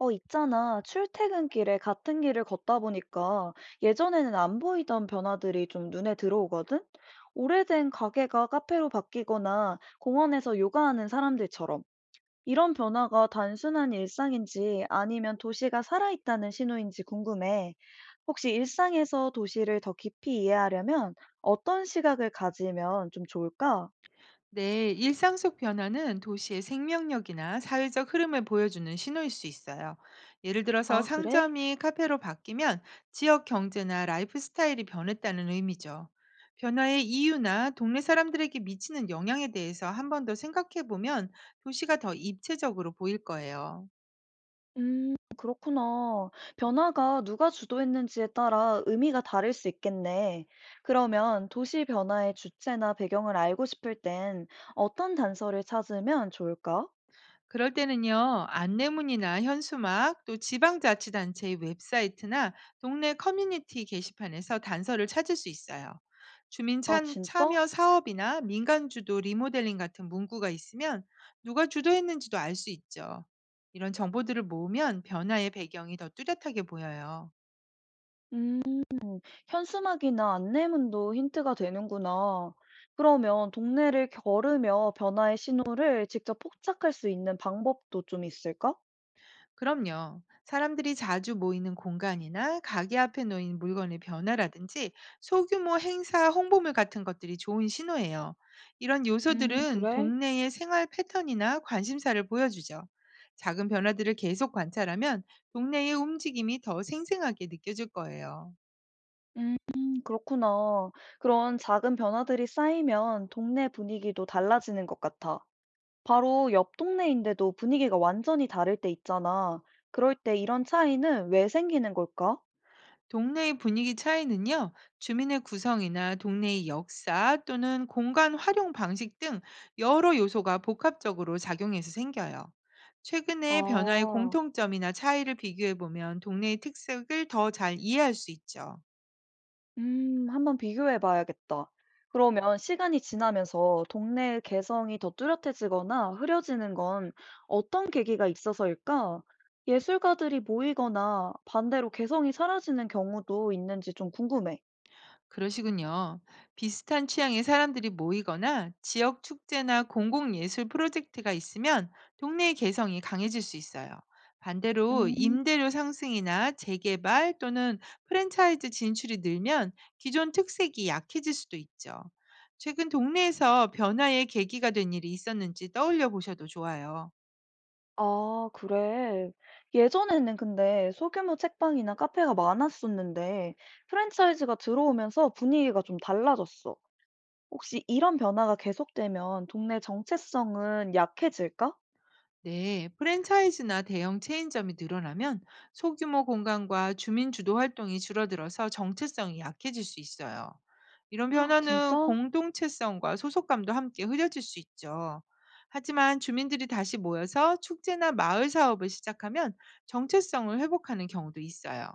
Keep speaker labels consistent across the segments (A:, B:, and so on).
A: 있잖아. 출퇴근길에 같은 길을 걷다 보니까 예전에는 안 보이던 변화들이 좀 눈에 들어오거든? 오래된 가게가 카페로 바뀌거나 공원에서 요가하는 사람들처럼 이런 변화가 단순한 일상인지 아니면 도시가 살아있다는 신호인지 궁금해. 혹시 일상에서 도시를 더 깊이 이해하려면 어떤 시각을 가지면 좀 좋을까?
B: 네, 일상 속 변화는 도시의 생명력이나 사회적 흐름을 보여주는 신호일 수 있어요. 예를 들어서
A: 아, 그래?
B: 상점이 카페로 바뀌면 지역 경제나 라이프 스타일이 변했다는 의미죠. 변화의 이유나 동네 사람들에게 미치는 영향에 대해서 한 번 더 생각해 보면 도시가 더 입체적으로 보일 거예요.
A: 그렇구나. 변화가 누가 주도했는지에 따라 의미가 다를 수 있겠네. 그러면 도시 변화의 주체나 배경을 알고 싶을 땐 어떤 단서를 찾으면 좋을까?
B: 그럴 때는요, 안내문이나 현수막, 또 지방자치단체의 웹사이트나 동네 커뮤니티 게시판에서 단서를 찾을 수 있어요.
A: 아, 진짜?
B: 참여 사업이나 민간주도 리모델링 같은 문구가 있으면 누가 주도했는지도 알 수 있죠. 이런 정보들을 모으면 변화의 배경이 더 뚜렷하게 보여요.
A: 음, 현수막이나 안내문도 힌트가 되는구나. 그러면 동네를 걸으며 변화의 신호를 직접 포착할 수 있는 방법도 좀 있을까?
B: 그럼요. 사람들이 자주 모이는 공간이나 가게 앞에 놓인 물건의 변화라든지 소규모 행사 홍보물 같은 것들이 좋은 신호예요. 이런 요소들은
A: 그래.
B: 동네의 생활 패턴이나 관심사를 보여주죠. 작은 변화들을 계속 관찰하면 동네의 움직임이 더 생생하게 느껴질 거예요.
A: 음, 그렇구나. 그런 작은 변화들이 쌓이면 동네 분위기도 달라지는 것 같아. 바로 옆 동네인데도 분위기가 완전히 다를 때 있잖아. 그럴 때 이런 차이는 왜 생기는 걸까?
B: 동네의 분위기 차이는요, 주민의 구성이나 동네의 역사 또는 공간 활용 방식 등 여러 요소가 복합적으로 작용해서 생겨요. 최근의 변화의
A: 아,
B: 공통점이나 차이를 비교해 보면 동네의 특색을 더 잘 이해할 수 있죠.
A: 한번 비교해 봐야겠다. 그러면 시간이 지나면서 동네의 개성이 더 뚜렷해지거나 흐려지는 건 어떤 계기가 있어서일까? 예술가들이 모이거나 반대로 개성이 사라지는 경우도 있는지 좀 궁금해.
B: 그러시군요. 비슷한 취향의 사람들이 모이거나 지역 축제나 공공예술 프로젝트가 있으면 동네의 개성이 강해질 수 있어요. 반대로
A: 음.
B: 임대료 상승이나 재개발 또는 프랜차이즈 진출이 늘면 기존 특색이 약해질 수도 있죠. 최근 동네에서 변화의 계기가 된 일이 있었는지 떠올려 보셔도 좋아요.
A: 아, 그래. 예전에는 근데 소규모 책방이나 카페가 많았었는데 프랜차이즈가 들어오면서 분위기가 좀 달라졌어. 혹시 이런 변화가 계속되면 동네 정체성은 약해질까?
B: 네, 프랜차이즈나 대형 체인점이 늘어나면 소규모 공간과 주민 주도 활동이 줄어들어서 정체성이 약해질 수 있어요. 이런 변화는
A: 진짜?
B: 공동체성과 소속감도 함께 흐려질 수 있죠. 하지만 주민들이 다시 모여서 축제나 마을 사업을 시작하면 정체성을 회복하는 경우도 있어요.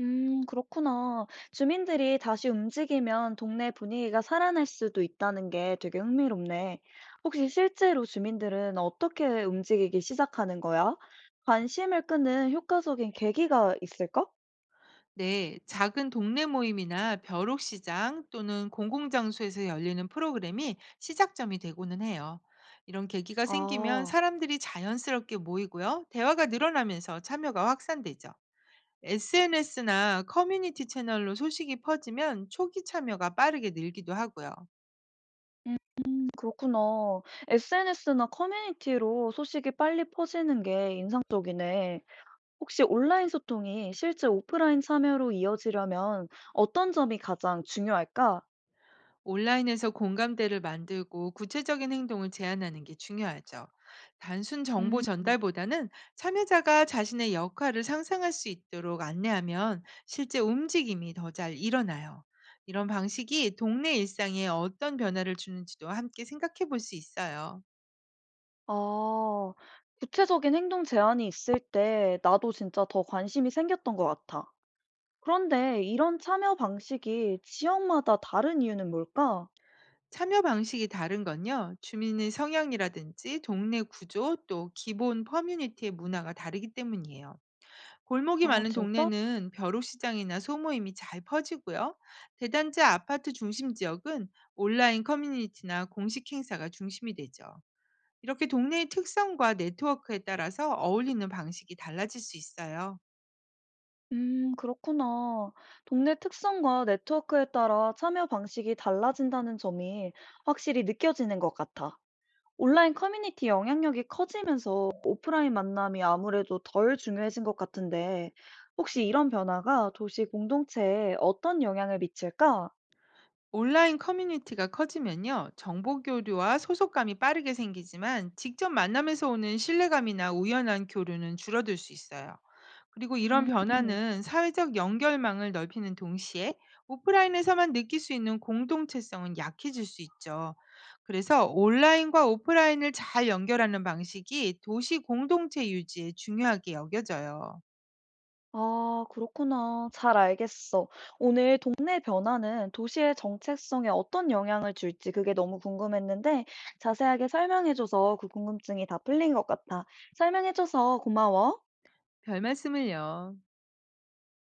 A: 그렇구나. 주민들이 다시 움직이면 동네 분위기가 살아날 수도 있다는 게 되게 흥미롭네. 혹시 실제로 주민들은 어떻게 움직이기 시작하는 거야? 관심을 끄는 효과적인 계기가 있을까?
B: 네, 작은 동네 모임이나 벼룩시장 또는 공공장소에서 열리는 프로그램이 시작점이 되고는 해요. 이런 계기가 생기면
A: 아.
B: 사람들이 자연스럽게 모이고요. 대화가 늘어나면서 참여가 확산되죠. SNS나 커뮤니티 채널로 소식이 퍼지면 초기 참여가 빠르게 늘기도 하고요.
A: 음, 그렇구나. SNS나 커뮤니티로 소식이 빨리 퍼지는 게 인상적이네. 혹시 온라인 소통이 실제 오프라인 참여로 이어지려면 어떤 점이 가장 중요할까?
B: 온라인에서 공감대를 만들고 구체적인 행동을 제안하는 게 중요하죠. 단순 정보
A: 음.
B: 전달보다는 참여자가 자신의 역할을 상상할 수 있도록 안내하면 실제 움직임이 더 잘 일어나요. 이런 방식이 동네 일상에 어떤 변화를 주는지도 함께 생각해 볼 수 있어요.
A: 아, 구체적인 행동 제안이 있을 때 나도 진짜 더 관심이 생겼던 것 같아. 그런데 이런 참여 방식이 지역마다 다른 이유는 뭘까?
B: 참여 방식이 다른 건요. 주민의 성향이라든지 동네 구조 또 기본 커뮤니티의 문화가 다르기 때문이에요. 골목이
A: 아,
B: 많은
A: 진짜?
B: 동네는 벼룩시장이나 소모임이 잘 퍼지고요. 대단지 아파트 중심 지역은 온라인 커뮤니티나 공식 행사가 중심이 되죠. 이렇게 동네의 특성과 네트워크에 따라서 어울리는 방식이 달라질 수 있어요.
A: 그렇구나. 동네 특성과 네트워크에 따라 참여 방식이 달라진다는 점이 확실히 느껴지는 것 같아. 온라인 커뮤니티 영향력이 커지면서 오프라인 만남이 아무래도 덜 중요해진 것 같은데, 혹시 이런 변화가 도시 공동체에 어떤 영향을 미칠까?
B: 온라인 커뮤니티가 커지면요, 정보 교류와 소속감이 빠르게 생기지만 직접 만남에서 오는 신뢰감이나 우연한 교류는 줄어들 수 있어요. 그리고 이런
A: 음.
B: 변화는 사회적 연결망을 넓히는 동시에 오프라인에서만 느낄 수 있는 공동체성은 약해질 수 있죠. 그래서 온라인과 오프라인을 잘 연결하는 방식이 도시 공동체 유지에 중요하게 여겨져요.
A: 아, 그렇구나. 잘 알겠어. 오늘 동네 변화는 도시의 정체성에 어떤 영향을 줄지 그게 너무 궁금했는데 자세하게 설명해줘서 그 궁금증이 다 풀린 것 같아. 설명해줘서 고마워.
B: 별 말씀을요.